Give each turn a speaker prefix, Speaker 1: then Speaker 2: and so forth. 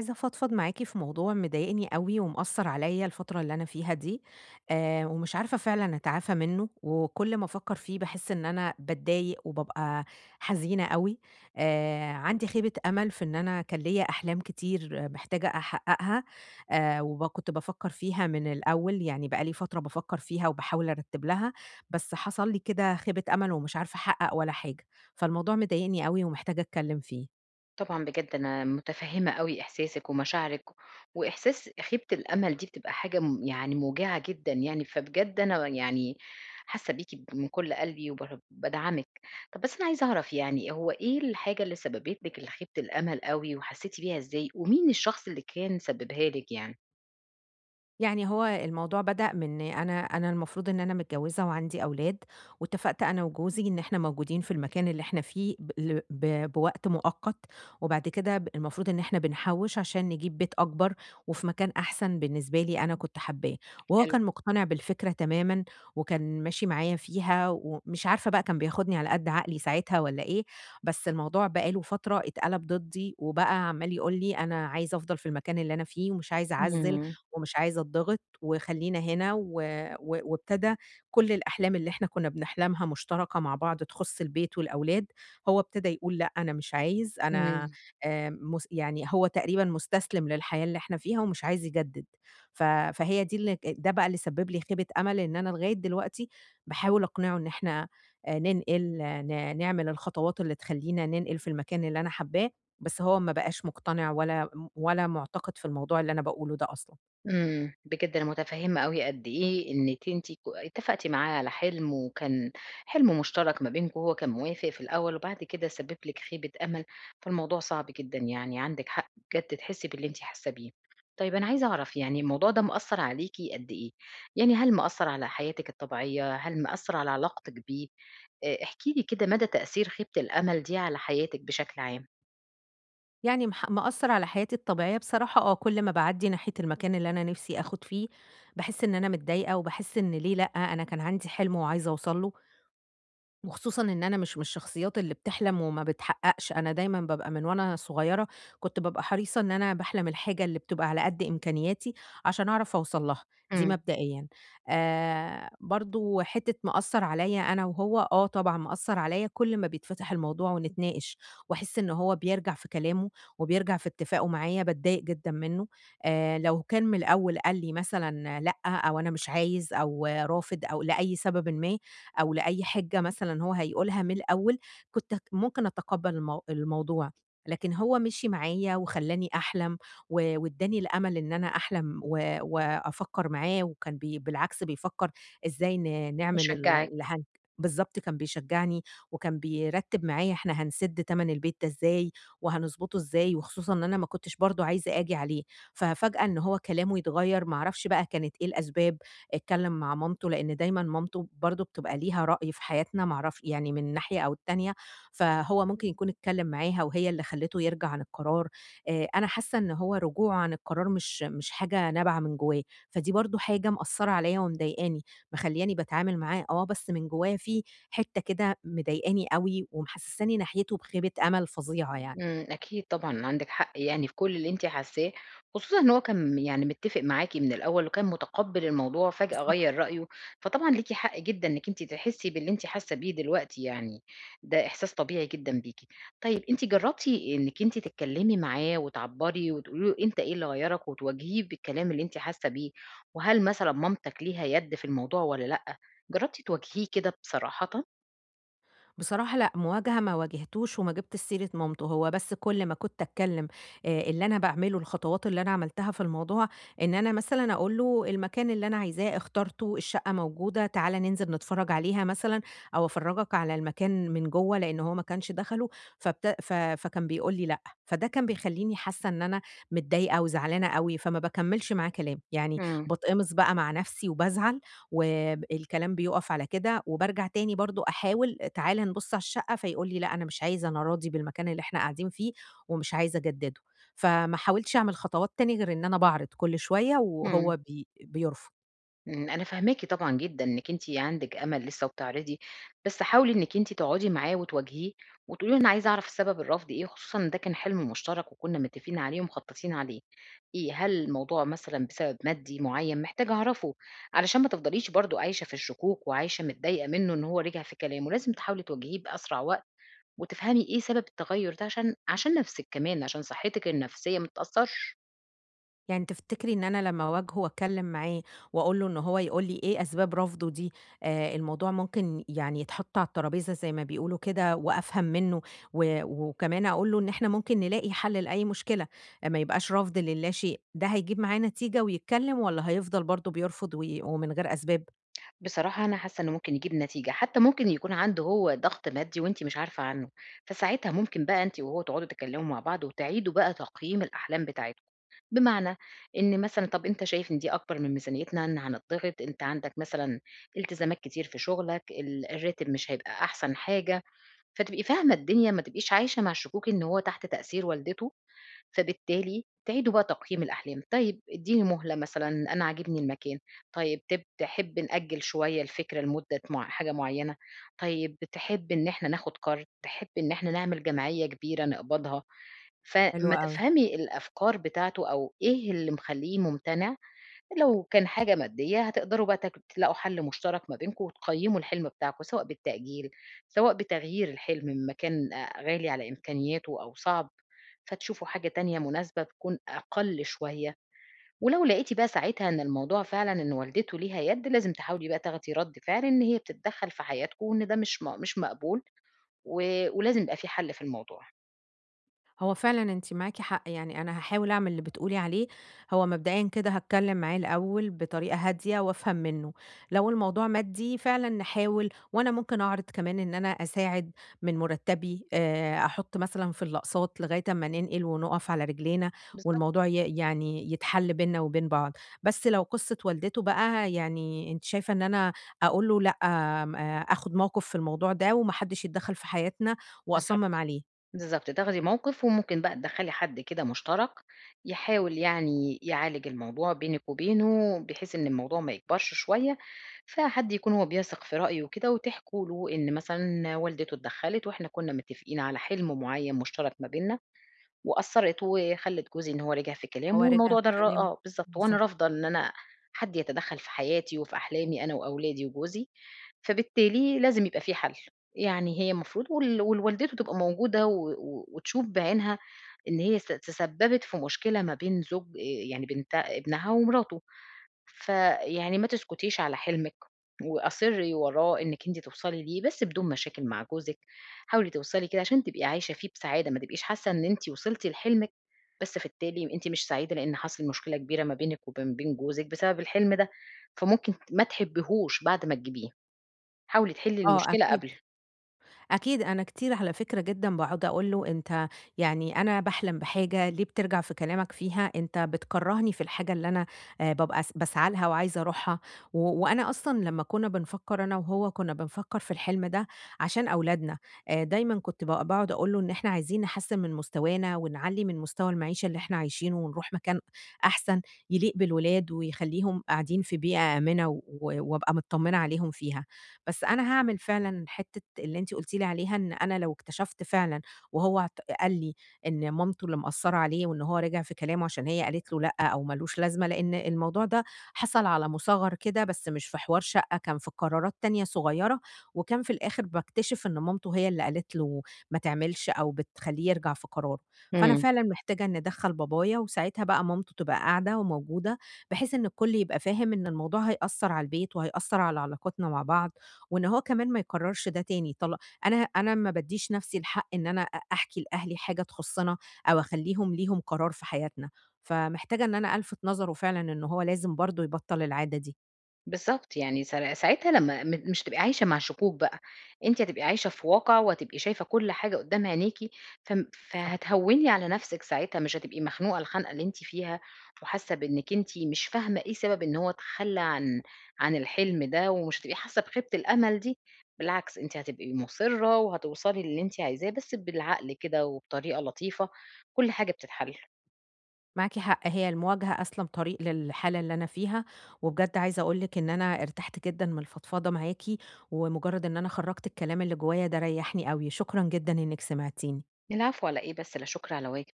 Speaker 1: عايزة أفضفض معاكِ في موضوع مضايقني أوي ومأثّر عليّا الفترة اللي أنا فيها دي، ومش عارفة فعلًا أتعافى منّه، وكل ما أفكّر فيه باحس إن أنا باتضايق وبابقى حزينة أوي. عندي خيبة أمل في إن أنا كان ليّا أحلام كتير محتاجة أحققها، وب كنت بافكّر فيها من الأول، يعني بقى لي فترة بافكّر فيها وباحاول أرتّب لها، بس حصل لي كده خيبة أمل ومش عارفة أحقق ولا حاجة، فالموضوع مضايقني أوي ومحتاجة أتكلّم فيه.
Speaker 2: طبعًا بجد أنا متفهّمة أوي إحساسِك ومشاعرِك، وإحساس خيبة الأمل دي بتبقى حاجة يعني موجعة جدًا يعني، فبجد أنا يعني حاسة بيكِ من كل قلبي وب بادعمِك. طب بس أنا عايزة أعرف يعني هو إيه الحاجة اللي سببت لِك خيبة الأمل أوي وحسيتِ بيها إزاي، ومين الشخص اللي كان سببها لِك يعني؟
Speaker 1: يعني هو الموضوع بدأ من أنا المفروض إن أنا متجوّزة وعندي أولاد، واتفقت أنا وجوزي إن إحنا موجودين في المكان اللي إحنا فيه ب ل ب بوقت مؤقت، وبعد كده المفروض إن إحنا بنحوّش عشان نجيب بيت أكبر وفي مكان أحسن بالنسبة لي أنا كنت حابّاه، وهو
Speaker 2: حلو.
Speaker 1: كان مقتنع بالفكرة تمامًا وكان ماشي معايا فيها، ومش عارفة بقى كان بياخدني على قد عقلي ساعتها والّا إيه، بس الموضوع بقى له فترة اتقلب ضدّي، وبقى عمّال يقول لي: "أنا عايز أفضل في المكان اللي أنا فيه ومش عايز أعزّل."
Speaker 2: إمم.
Speaker 1: ومش عايزة أتضغط وخلّينا هنا و و وابتدى كل الأحلام اللي إحنا كُنّا بنحلمها مشتركة مع بعض تخُص البيت والأولاد، هو ابتدى يقول لأ، أنا مش عايز، أنا
Speaker 2: إمم.
Speaker 1: مس يعني هو تقريبًا مُستسلم للحياة اللي إحنا فيها ومش عايز يجدِّد. فهي دي اللي ده بقى اللي سبِّب لي خيبة أمل، إن أنا لغاية دلوقتي باحاول أقنعه إن إحنا ننقل، آه، نعمل الخطوات اللي تخلّينا ننقل في المكان اللي أنا حابّاه، بس هو ما بقاش مقتنع ولا مُعتقد في الموضوع اللي أنا باقوله ده أصلًا.
Speaker 2: إمم، بجد أنا متفهمة أوي قد إيه إنِّك أنتِ اتفقتِ معاه على حلم، وكان حلم مشترك ما بينكم، وهو كان موافق في الأول، وبعد كده سبب لِك خيبة أمل، فالموضوع صعب جدًا يعني، عندِك حق بجد تحسي باللي أنتِ حاسة بيه. طيب أنا عايزة أعرف يعني الموضوع ده مأثّر عليكِ قد إيه؟ يعني هل مأثّر على حياتِك الطبيعية، هل مأثّر على علاقتِك بيه؟ احكي لي كده مدى تأثير خيبة الأمل دي على حياتِك بشكل عام.
Speaker 1: يعني مأثّر على حياتي الطبيعية بصراحة آه، كل ما باعدّي ناحية المكان اللي أنا نِفْسي آخُد فيه، باحس إن أنا متضايقة وباحس إن ليه لأ، أنا كان عندي حلم وعايزة أوصل له، وخصوصًا إن أنا مش من الشخصيات اللي بتحلم وما بتحققش، أنا دايمًا بابقى من وأنا صغيرة كنت بابقى حريصة إن أنا باحلم الحاجة اللي بتبقى على قد إمكانياتي عشان أعرف أوصل لها، دي
Speaker 2: إمم.
Speaker 1: مبدئيًا. برضه حتة مأثّر عليَّ أنا وهو، آه طبعًا مأثّر عليَّ كل ما بيتفتح الموضوع ونتناقش، واحس إن هو بيرجع في كلامه وبيرجع في اتفاقه معايا، باتضايق جدًا منه. لو كان من الأول قال لي مثلًا لأ، أو أنا مش عايز، أو رافض، أو لأي سببٍ ما، أو لأي حِجة مثلًا هو هيقولها من الأول، كنت ممكن أتقبّل الموضوع، لكن هو مشي معايا وخلّاني أحلم وادّاني الأمل إن أنا أحلم وأفكّر معاه وكان بالعكس بيفكّر إزاي نعمل ال
Speaker 2: مشجعِك.
Speaker 1: اللي هن بالضبط، كان بيشجّعني وكان بيرتّب معايا إحنا هنسِد تَمَن البيت ده إزاي وهنضبطه إزاي وخصوصًا إن أنا ما كنتش برضه عايزة آجي عليه، ففجأة إن هو كلامه يتغيّر ما أعرفش بقى كانت إيه الأسباب. اتكلم مع مامته، لإن دايمًا مامته برضه بتبقى ليها رأي في حياتنا ما أعرفش يعني من ناحية أو التانية، فهو ممكن يكون اتكلم معاها وهي اللي خلّته يرجع عن القرار. أنا حاسة إن هو رجوعه عن القرار مش حاجة نابعة من جوّاه، فدي برضه حاجة مأثّرة عليّا ومضايقاني، مخلّياني باتعامل معاه آه، بس من جوّايا في حتّة كده مضايقاني أوي ومحسّساني ناحيته بخيبة أمل فظيعة يعني.
Speaker 2: إمم، أكيد طبعًا عندِك حق يعني في كل اللي أنتِ حاسّاه، خصوصًا إن هو كان يعني متّفق معاكِ من الأول وكان متقبّل الموضوع فجأة
Speaker 1: بالضبط.
Speaker 2: غيّر رأيه، فطبعًا ليكِ حق جدًا إنِّك أنتِ تحسّي باللي أنتِ حاسّة بيه دلوقتي يعني، ده إحساس طبيعي جدًا بيكِ. طيب أنتِ جرّبتِ إنِّك أنتِ تتكلّمي معاه وتعبّري وتقولي له أنت إيه اللي غيّرك وتواجهيه بالكلام اللي أنتِ حاسّة بيه، وهل مثلًا مامتك ليها يد في الموضوع والّا لأ؟ جرّبتِ تواجهيه كده بصراحةً؟
Speaker 1: بصراحة لأ، مواجهة ما واجهتوش وما جِبتش سيرة مامته، هو بس كل ما كنت أتكلّم اللي أنا باعمله، الخطوات اللي أنا عملتها في الموضوع، إن أنا مثلًا أقول له: "المكان اللي أنا عايزاه اخترته، الشقة موجودة، تعالَ ننزل نتفرّج عليها مثلًا أو أفرّجك على المكان من جوّه." لإن هو ما كانش دخله، فبت ف فكان بيقول لي: "لأ." فده كان بيخلّيني حاسّة إن أنا متضايقة وزعلانة أوي، فما باكمّلش معاه كلام، يعني
Speaker 2: إمم.
Speaker 1: باتقمص بقى مع نَفْسي وبازعل والكلام بيُقف على كده، وبارجع تاني برضه أحاول تعالَ نبُص على الشقة، فيقول لي: "لأ أنا مش عايز، أنا راضي بالمكان اللي إحنا قاعدين فيه ومش عايز أجدّده." فما حاولتش أعمل خطوات تاني غير إن أنا باعرض كل شوية
Speaker 2: إمم.
Speaker 1: وهو بيرفض.
Speaker 2: إمم، أنا فاهماكِ طبعًا جدًا إنِّك أنتِ عندِك أمل لسه وبتعرضي، بس حاولي إنِّك أنتِ تقعدي معاه وتواجهيه وتقولي له أنا عايزة أعرف سبب الرفض إيه، خصوصًا إن ده كان حلم مشترك وكُنّا متّفقين عليه ومخططين عليه، إيه، هل الموضوع مثلًا بسبب مادي معيّن؟ محتاجة أعرفه، علشان ما تفضليش برضه عايشة في الشكوك وعايشة متضايقة منّه إن هو رِجع في كلامه، لازم تحاولي تواجهيه بأسرع وقت وتفهمي إيه سبب التغيُّر ده عشان نَفْسِك كمان، عشان صحّتِك النفسية ما تتأثّرش.
Speaker 1: يعني تفتكري إن أنا لمّا أواجهه وأتكلّم معاه وأقول له إن هو يقول لي إيه أسباب رفضه دي، الموضوع ممكن يعني يتحط على الترابيزة زي ما بيقولوا كده وأفهم منّه، وكمان أقول له إن إحنا ممكن نلاقي حل لأي مشكلة، آه، ما يبقاش رفض للاشيء، ده هيجيب معاه نتيجة ويتكلّم والّا هيفضل برضه بيرفض ومن غير أسباب؟
Speaker 2: بصراحة أنا حاسة إنه ممكن يجيب نتيجة، حتى ممكن يكون عنده هو ضغط مادي وأنتِ مش عارفة عنه، فساعتها ممكن بقى أنتِ وهو تقعدوا تتكلموا مع بعض وتعيدوا بقى تقييم الأحلام بتاعتكم، بمعنى إن مثلًا طب أنت شايف إن دي أكبر من ميزانيتنا، إن هنضغط، أنت عندك مثلًا التزامات كتير في شغلك، الراتب مش هيبقى أحسن حاجة، فتبقي فاهمة الدنيا ما تبقيش عايشة مع الشكوك إن هو تحت تأثير والدته، فبالتالي تعيدوا بقى تقييم الأحلام، طيب ادّيني مهلة مثلًا، أنا عاجبني المكان، طيب تحب نأجّل شوية الفكرة لمدة مع حاجة معيّنة، طيب تحب إن إحنا ناخد قرض، تحب إن إحنا نعمل جمعية كبيرة نقبضها،
Speaker 1: حلو
Speaker 2: فأمّا
Speaker 1: أوي.
Speaker 2: تفهمي الأفكار بتاعته أو إيه اللي مخلّيه ممتنع. لو كان حاجة مادية هتقدروا بقى تلاقوا حل مشترك ما بينكم وتقيّموا الحلم بتاعكم، سواء بالتأجيل، سواء بتغيير الحلم من مكان غالي على إمكانياته أو صعب، فتشوفوا حاجة تانية مناسبة تكون أقل شوية، ولو لقيتِ بقى ساعتها إن الموضوع فعلًا إن والدته ليها يد، لازم تحاولي بقى تاخدي رَد فعل إن هي بتتدخّل في حياتكم وإن ده مش مقبول و ولازم يبقى في حل في الموضوع.
Speaker 1: هو فعلًا أنتِ معاكِ حق، يعني أنا هاحاول أعمل اللي بتقولي عليه، هو مبدئيًا كده هاتكلم معاه الأول بطريقة هادية وأفهم منه، لو الموضوع مادي فعلًا نحاول وأنا ممكن أعرض كمان إن أنا أساعد من مرتبي، أحط مثلًا في الأقساط لغاية أمّا ننقل ونقف على رجلينا،
Speaker 2: بالضبط.
Speaker 1: والموضوع يعني يتحل بيننا وبين بعض، بس لو قصة والدته بقى يعني أنتِ شايفة إن أنا أقول له لأ، آمم آخد موقف في الموضوع ده وما حدش يتدخل في حياتنا وأصمم
Speaker 2: بالضبط.
Speaker 1: عليه؟
Speaker 2: بالضبط، تاخدي موقِف وممكن بقى تدخّلي حد كده مشترك، يحاول يعني يعالج الموضوع بينِك وبينه، بحيث إن الموضوع ما يكبرش شوية، فحد يكون هو بيثق في رأيه وكده وتحكوا له إن مثلًا والدته اتدخّلت وإحنا كُنّا متّفقين على حِلم معيّن مشترك ما بيننا وأثّرت وخلّت جوزي إن هو رجع في
Speaker 1: هو
Speaker 2: كلامه
Speaker 1: رِجع
Speaker 2: والموضوع
Speaker 1: في
Speaker 2: ده ر
Speaker 1: كلامه،
Speaker 2: آه بالضبط، وأنا
Speaker 1: بالضبط،
Speaker 2: رافضة إن أنا حد يتدخّل في حياتي وفي أحلامي أنا وأولادي وجوزي، فبالتالي لازم يبقى في حَل، يعني هي المفروض والوالدته تبقى موجودة و وتشوف بعينها إن هي تسبّبت في مشكلة ما بين زوج يعني بنت ابنها ومراته. فيعني ما تسكتيش على حلمِك، وأصري وراه إنِّك أنتِ توصلي ليه، بس بدون مشاكل مع جوزِك، حاولي توصلي كده عشان تبقي عايشة فيه بسعادة، ما تبقيش حاسة إن أنتِ وصلتِ لحلمِك، بس في التالي أنتِ مش سعيدة لإن حصل مشكلة كبيرة ما بينِك وما بين جوزِك بسبب الحلم ده، فممكن ما تحبيهوش بعد ما تجيبيه، حاولي تحلي
Speaker 1: آه
Speaker 2: المشكلة
Speaker 1: أكيد،
Speaker 2: قبل.
Speaker 1: أكيد أنا كتير على فكرة جدًا باقعد أقول له: "أنت يعني أنا باحلم بحاجة، ليه بترجع في كلامك فيها؟ أنت بتكرّهني في الحاجة اللي أنا بابقى باسعى لها وعايزة أروحها." وأنا أصلًا لمّا كنا بنفكّر أنا وهو كنا بنفكّر في الحلم ده عشان أولادنا، دايمًا كنت باقعد أقول له إن إحنا عايزين نحسّن من مستوانا ونعلّي من مستوى المعيشة اللي إحنا عايشينه ونروح مكان أحسن يليق بالولاد ويخلّيهم قاعدين في بيئة آمنة وأبقى متطمنة عليهم فيها. بس أنا هاعمل فعلًا حتّة اللي أنتِ قُلتِ لي عليها، إن أنا لو اكتشفت فعلًا وهو قال لي إن مامته اللي مأثّرة عليه وإن هو رِجع في كلامه عشان هي قالت له لأ أو ما لوش لازمة، لإن الموضوع ده حصل على مُصغّر كده بس مش في حوار شقّة، كان في قرارات تانية صغيّرة وكان في الآخِر باكتشف إن مامته هي اللي قالت له ما تعملش أو بتخلّيه يرجع في قراره. فأنا
Speaker 2: إمم.
Speaker 1: فعلًا محتاجة إني أدخّل بابايا وساعتها بقى مامته تبقى قاعدة وموجودة، بحيث إن الكل يبقى فاهم إن الموضوع هيأثّر على البيت وهيأثّر على علاقتنا مع بعض وإن هو كمان ما يكرّرش ده تاني. أنا ما بادّيش نَفْسي الحق إن أنا أحكي لأهلي حاجة تخُصّنا أو أخلّيهم ليهم قرار في حياتنا، فمحتاجة إن أنا ألفِت نظره فعلًا إن هو لازم برضه يبطّل العادة دي.
Speaker 2: بالضبط، يعني ساعتها لمّا مش هتبقي عايشة مع شكوك بقى، أنتِ هتبقي عايشة في واقع وهتبقي شايفة كل حاجة قدّام عينيكِ،
Speaker 1: بالضبط،
Speaker 2: فهتهوّني على نفسِك ساعتها، مش هتبقي مخنوقة الخنقة اللي أنتِ فيها، وحاسة بإنِّك أنتِ مش فاهمة إيه سبب إن هو اتخلّى عن الحلم ده، ومش هتبقي حاسة بخيبة الأمل دي، بالعكس أنتِ هتبقي مُصرّة وهتوصلي للي أنتِ عايزاه، بس بالعقل كده وبطريقة لطيفة، كل حاجة بتتحل.
Speaker 1: معاكِ حق، هي المواجهة أسلم طريق للحالة اللي أنا فيها، وبجد عايزة أقول لِك إن أنا ارتحت جدًا من الفضفضة معاكِ، ومُجرّد إن أنا خرّجت الكلام اللي جوّايا ده ريّحني أوي، شكرًا جدًا إنِّك سمعتيني.
Speaker 2: العفو على إيه بس، لا شكر على واجب.